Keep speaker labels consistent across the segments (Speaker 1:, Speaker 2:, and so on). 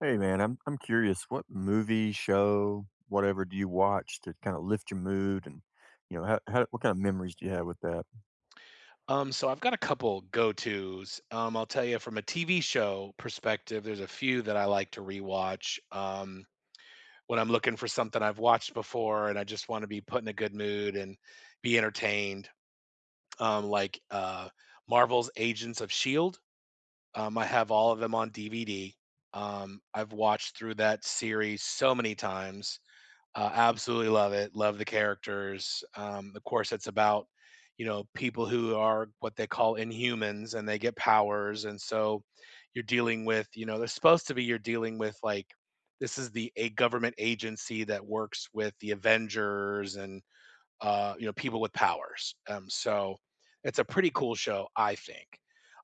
Speaker 1: Hey man, I'm curious, what movie, show, whatever do you watch to kind of lift your mood and you know, how, what kind of memories do you have with that?
Speaker 2: So I've got a couple go-tos. I'll tell you from a TV show perspective, there's a few that I like to rewatch. When I'm looking for something I've watched before and I just want to be put in a good mood and be entertained, um, like uh, Marvel's Agents of Shield. I have all of them on DVD. I've watched through that series so many times absolutely love it. Love the characters. Of course, it's about you know people who are what they call inhumans, and they get powers, and so you're dealing with you know they're supposed to be you're dealing with like this is the a government agency that works with the Avengers and you know people with powers. So it's a pretty cool show, I think.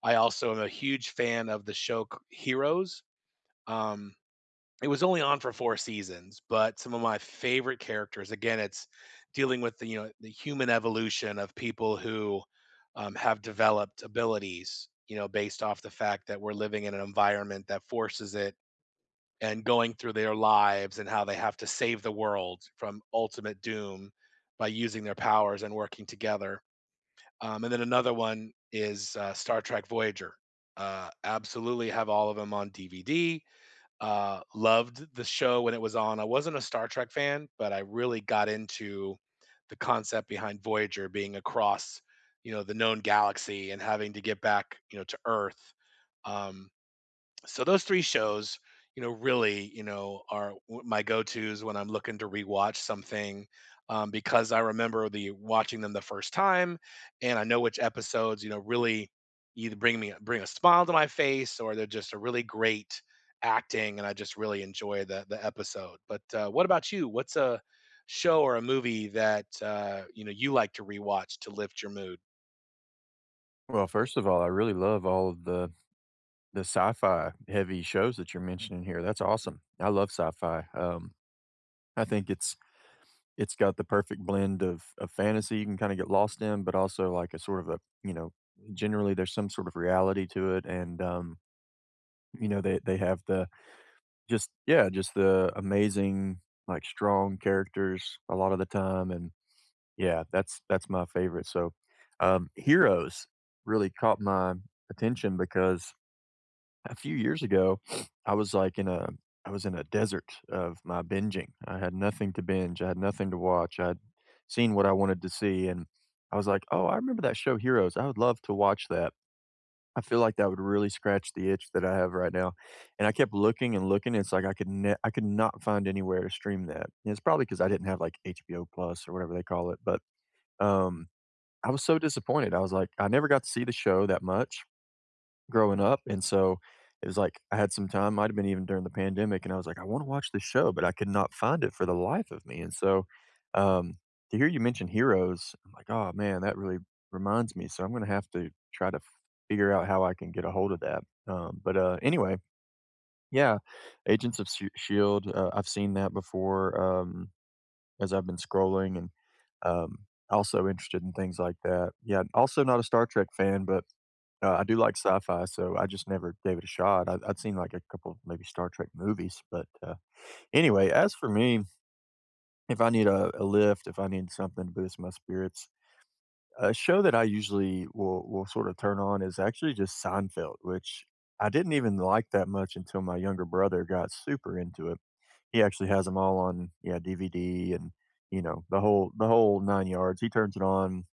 Speaker 2: I also am a huge fan of the show Heroes. Um, it was only on for four seasons, but some of my favorite characters. Again, it's dealing with the you know the human evolution of people who have developed abilities, you know, based off the fact that we're living in an environment that forces it, and going through their lives and how they have to save the world from ultimate doom by using their powers and working together. And then another one is Star Trek Voyager. Absolutely have all of them on DVD loved the show when it was on. I wasn't a Star Trek fan, but I really got into the concept behind Voyager being across, you know, the known galaxy and having to get back, you know, to Earth. Um, so those three shows you know really you know are my go-to's when I'm looking to rewatch something because I remember the watching them the first time and I know which episodes you know really either bring a smile to my face or they're just a really great acting and I just really enjoy the episode but what about you? What's a show or a movie that you know you like to rewatch to lift your mood
Speaker 1: Well, first of all, I really love all of the sci-fi heavy shows that you're mentioning here. That's awesome. I love sci-fi. I think it's got the perfect blend of fantasy you can kind of get lost in, but also like a sort of a you know, generally there's some sort of reality to it, and you know, they have the just yeah, just the amazing, like, strong characters a lot of the time, and yeah, that's my favorite, so, Heroes really caught my attention because a few years ago, I was, like, in a I was in a desert of my binging. I had nothing to binge, I had nothing to watch, I'd seen what I wanted to see, and I was like, "Oh, I remember that show Heroes, I would love to watch that." I feel like that would really scratch the itch that I have right now, and I kept looking and looking, it's like I could ne I could not find anywhere to stream that, and it's probably because I didn't have, like, HBO Plus or whatever they call it, but, um, I was so disappointed, I was like, I never got to see the show that much growing up, and so it was like I had some time, might have been even during the pandemic, and I was like, "I wanna watch this show," but I could not find it for the life of me, and so, um, to hear you mention Heroes, I'm like, "Oh, man, that really reminds me," so I'm gonna have to try to figure out how I can get a hold of that, but, anyway, yeah, Agents of Sh Shield, I've seen that before, as I've been scrolling and, also interested in things like that. Yeah, also not a Star Trek fan, but I do like sci-fi, so I just never gave it a shot. I'd seen like a couple, maybe Star Trek movies, but anyway, as for me, if I need a lift, if I need something to boost my spirits, a show that I usually will sort of turn on is actually just Seinfeld, which I didn't even like that much until my younger brother got super into it. He actually has them all on yeah DVD and you know the whole nine yards. He turns it on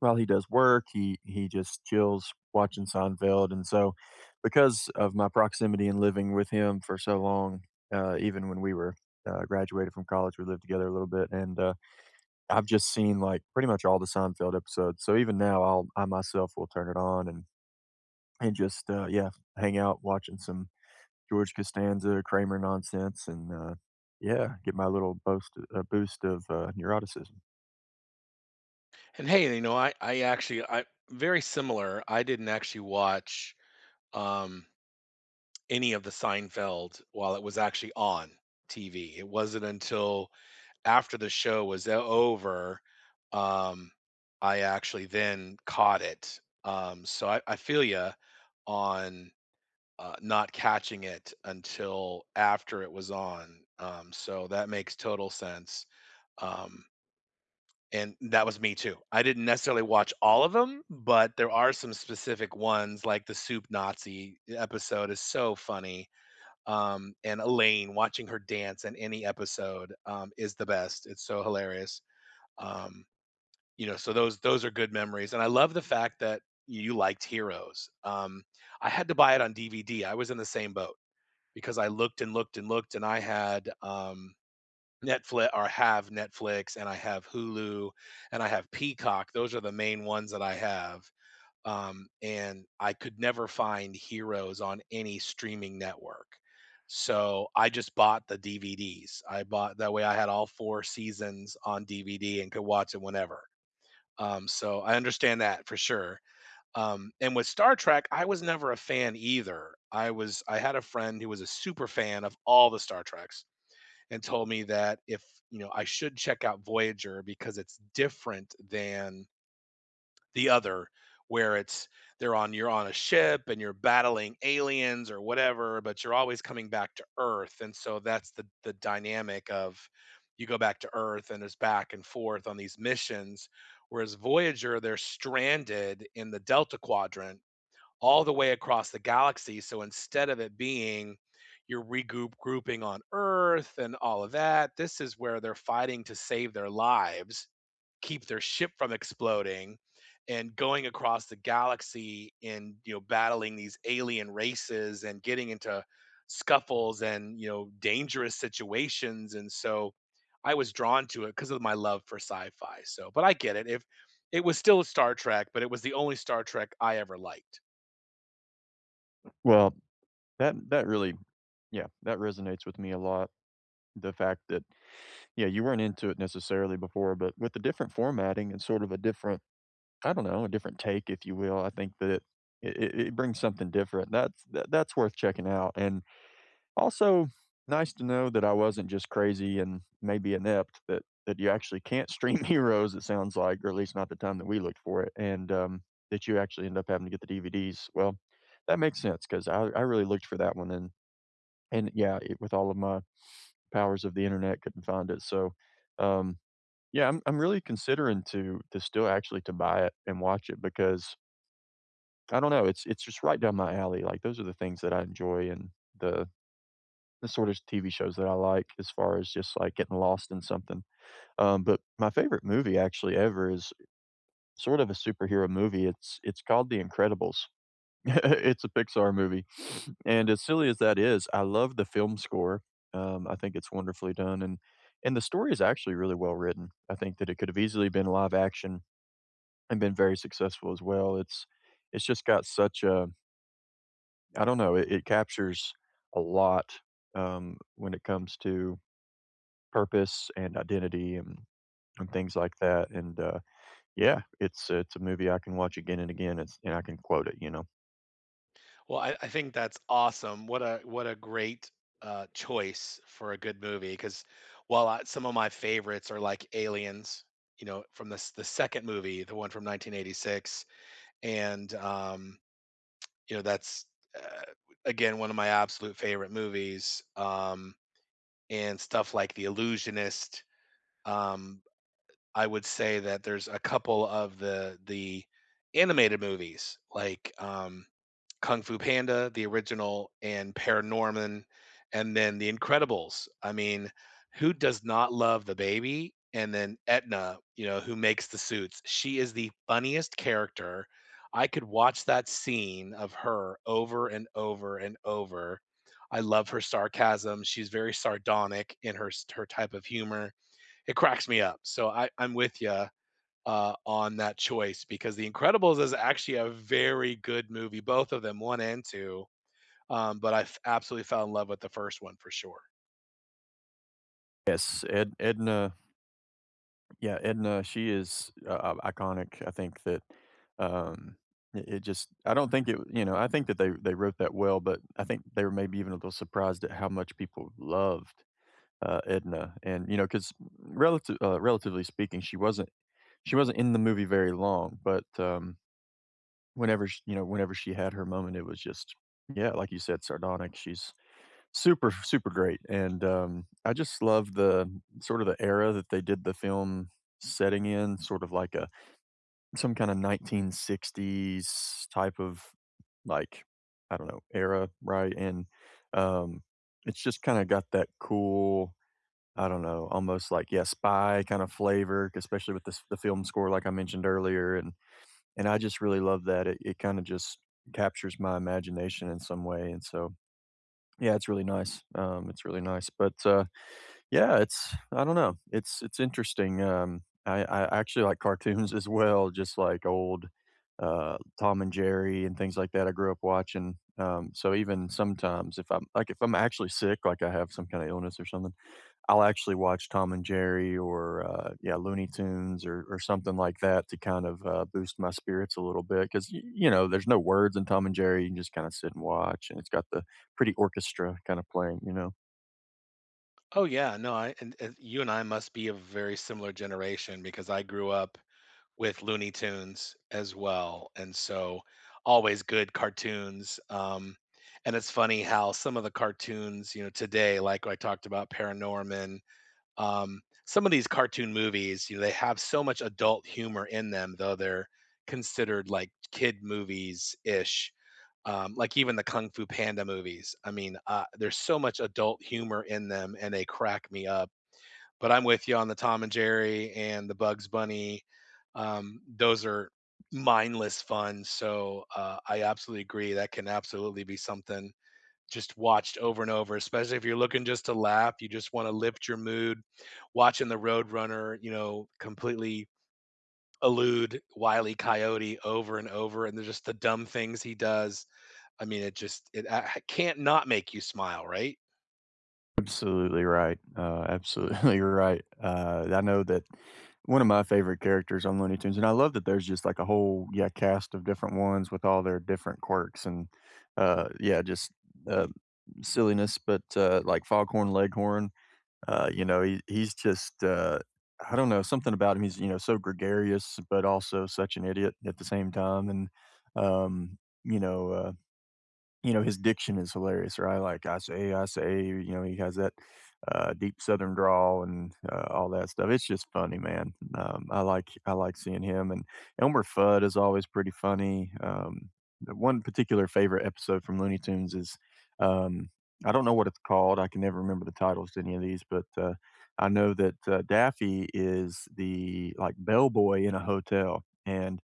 Speaker 1: well, he does work, he just chills watching Seinfeld, and so because of my proximity and living with him for so long, even when we were, graduated from college, we lived together a little bit, and, I've just seen, like, pretty much all the Seinfeld episodes, so even now, I myself will turn it on and just, yeah, hang out watching some George Costanza, Kramer nonsense, and, yeah, get my little boost of, neuroticism.
Speaker 2: and hey you know I actually I very similar. I didn't actually watch um, any of the Seinfeld while it was actually on TV. It wasn't until after the show was over, um, I actually then caught it. So I feel you on not catching it until after it was on. So that makes total sense. Um, and that was me too. I didn't necessarily watch all of them, but there are some specific ones, like the Soup Nazi episode is so funny and Elaine watching her dance in any episode is the best. It's so hilarious. Um, you know, so those are good memories, and I love the fact that you liked Heroes. I had to buy it on DVD. I was in the same boat because I looked and looked and looked, and I had Netflix, or have Netflix, and I have Hulu, and I have Peacock. Those are the main ones that I have and I could never find Heroes on any streaming network. So I just bought the DVDs. I bought that way I had all four seasons on DVD and could watch it whenever. So I understand that for sure. And with Star Trek, I was never a fan either. I had a friend who was a super fan of all the Star Treks and told me that if you know I should check out Voyager because it's different than the other where it's they're on you're on a ship and you're battling aliens or whatever but you're always coming back to earth and so that's the dynamic of you go back to earth and it's back and forth on these missions whereas voyager they're stranded in the delta quadrant all the way across the galaxy so instead of it being you're regroup grouping on earth and all of that this is where they're fighting to save their lives, keep their ship from exploding and going across the galaxy and you know battling these alien races and getting into scuffles and you know dangerous situations and so I was drawn to it because of my love for sci-fi. So but I get it if it was still Star Trek, but it was the only Star Trek I ever liked.
Speaker 1: Well, that really yeah, that resonates with me a lot. The fact that yeah, you weren't into it necessarily before, but with the different formatting and sort of a different, I don't know, a different take, if you will, I think that it brings something different. That's worth checking out, and also nice to know that I wasn't just crazy and maybe inept. That you actually can't stream Heroes. It sounds like, or at least not the time that we looked for it, and that you actually end up having to get the DVDs. Well, that makes sense because I really looked for that one, and yeah, it, with all of my powers of the internet couldn't find it. So, um, yeah, I'm really considering to still actually to buy it and watch it because I don't know, it's just right down my alley. Like those are the things that I enjoy and the the sort of TV shows that I like as far as just like getting lost in something. But my favorite movie actually ever is sort of a superhero movie. It's called The Incredibles. It's a Pixar movie, and as silly as that is, I love the film score. I think it's wonderfully done, and the story is actually really well written. I think that it could have easily been live action and been very successful as well. It's just got such a I don't know, it captures a lot when it comes to purpose and identity and things like that. And yeah, it's a movie I can watch again and again. It's and I can quote it. You know.
Speaker 2: Well, I think that's awesome. What a great choice for a good movie. Because while I, some of my favorites are like Aliens, you know, from the second movie, the one from 1986, and you know that's uh, again one of my absolute favorite movies. And stuff like The Illusionist. Um, I would say that there's a couple of the animated movies like Kung Fu Panda, the original, and Paranorman, and then The Incredibles. I mean, who does not love the baby? And then Etna, you know, who makes the suits. She is the funniest character. I could watch that scene of her over and over and over. I love her sarcasm. She's very sardonic in her type of humor. It cracks me up. So I'm with you on that choice because The Incredibles is actually a very good movie, both of them, 1 and 2, but I f absolutely fell in love with the first one for sure.
Speaker 1: Yes, Edna. Yeah, Edna, she is, I iconic. I think that, um, it it just I don't think it you know, I think that they wrote that well, but I think they were maybe even a little surprised at how much people loved, Edna, and, you know, 'cause relatively speaking, she wasn't in the movie very long, but, whenever sh you know, whenever she had her moment, it was just yeah, like you said, sardonic. She's super, super great, and, I just love the sort of the era that they did the film setting in, sort of like a some kinda 1960s type of, like, I don't know, era, right? And, um, it's just kinda got that cool, I don't know, almost like, yeah, spy kind of flavor, especially with this the film score, like I mentioned earlier, and I just really love that. It kinda just captures my imagination in some way, and so yeah, it's really nice. It's really nice, but, yeah, it's I don't know, it's interesting, I actually like cartoons as well, just like old, Tom and Jerry and things like that I grew up watching, so even sometimes if I'm like, if I'm actually sick, like I have some kinda illness or something I'll actually watch Tom and Jerry or, yeah, Looney Tunes or something like that to kind of, boost my spirits a little bit because you know, there's no words in Tom and Jerry, you can just kinda sit and watch, and it's got the pretty orchestra kinda playing, you know?
Speaker 2: Oh, yeah, no, I and you and I must be a very similar generation because I grew up with Looney Tunes as well, and so always good cartoons, and it's funny how some of the cartoons, you know, today, like I talked about Paranorman, Um, some of these cartoon movies, you know, they have so much adult humor in them, though they're considered like kid movies ish. Like even the Kung Fu Panda movies. I mean, there's so much adult humor in them, and they crack me up. But I'm with you on the Tom and Jerry and the Bugs Bunny. Those are mindless fun. So I absolutely agree. That can absolutely be something just watched over and over, especially if you're looking just to laugh, you just want to lift your mood. Watching the Roadrunner, you know, completely elude Wile E. Coyote over and over, and there's just the dumb things he does. I mean, it can't not make you smile, right?
Speaker 1: Absolutely right, absolutely right, I know that one of my favorite characters on Looney Tunes and I love that there's just, like, a whole, yeah, cast of different ones with all their different quirks and, yeah, just, uh, silliness, but, like Foghorn Leghorn. You know, he's just, I don't know, something about him. He's, you know, so gregarious, but also such an idiot at the same time. And, um, you know, uh, you know, his diction is hilarious, right? Like, I say," you know, he has that, deep Southern drawl and, all that stuff. It's just funny, man. I like seeing him, and Elmer Fudd is always pretty funny. The one particular favorite episode from Looney Tunes is, um, I don't know what it's called, I can never remember the titles to any of these, but, I know that, Daffy is the, like, bellboy in a hotel, and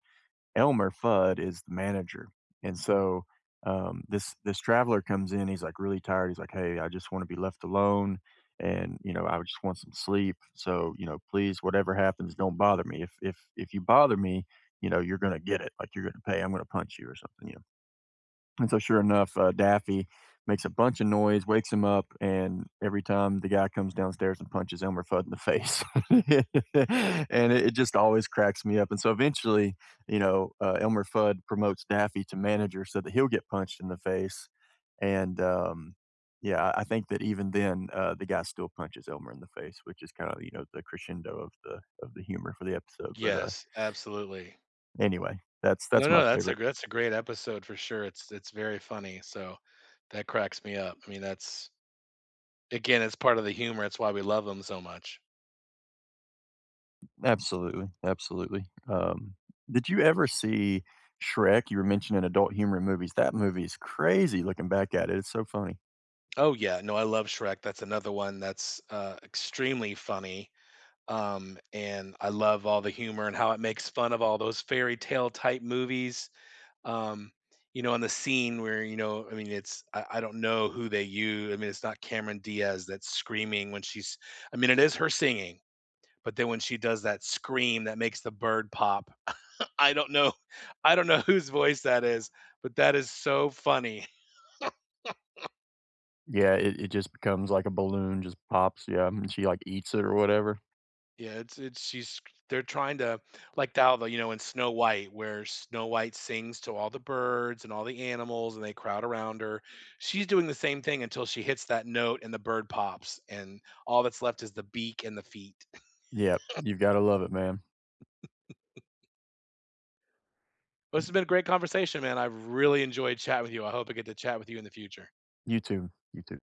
Speaker 1: Elmer Fudd is the manager, and so, this traveler comes in, he's, like, really tired, he's like, "Hey, I just wanna be left alone, and, you know, I just want some sleep, so, you know, please, whatever happens, don't bother me. If if you bother me, you know, you're gonna get it, like, you're gonna pay, I'm gonna punch you or something, you and so, sure enough, Daffy makes a bunch of noise, wakes him up, and every time the guy comes downstairs and punches Elmer Fudd in the face, and it just always cracks me up. And so, eventually, you know, Elmer Fudd promotes Daffy to manager so that he'll get punched in the face. And yeah, I think that even then, the guy still punches Elmer in the face, which is kind of you know the crescendo of the humor for the episode. But
Speaker 2: Yes, absolutely.
Speaker 1: anyway, that's
Speaker 2: No,
Speaker 1: my
Speaker 2: no, that's a
Speaker 1: favorite.
Speaker 2: that's a great episode for sure. It's very funny, so that cracks me up. I mean, that's again, it's part of the humor. It's why we love them so much.
Speaker 1: Absolutely, absolutely. Did you ever see Shrek? You were mentioning adult humor in movies. That movie is crazy looking back at it. It's so funny.
Speaker 2: Oh yeah, no, I love Shrek. That's another one that's extremely funny. And I love all the humor and how it makes fun of all those fairy tale type movies. Um, you know, on the scene where, you know, I mean, I don't know who they use. I mean, it's not Cameron Diaz that's screaming when she's, I mean, it is her singing, but then when she does that scream that makes the bird pop, I don't know, I don't know whose voice that is, but that is so funny.
Speaker 1: Yeah, it just becomes like a balloon, just pops. Yeah, and she like eats it or whatever.
Speaker 2: Yeah, it's she's they're trying to like how the you know in Snow White where Snow White sings to all the birds and all the animals and they crowd around her. She's doing the same thing until she hits that note and the bird pops and all that's left is the beak and the feet.
Speaker 1: Yeah, you've got to love it, man.
Speaker 2: This has been a great conversation, man. I've really enjoyed chatting with you. I hope I get to chat with you in the future.
Speaker 1: You too. You too.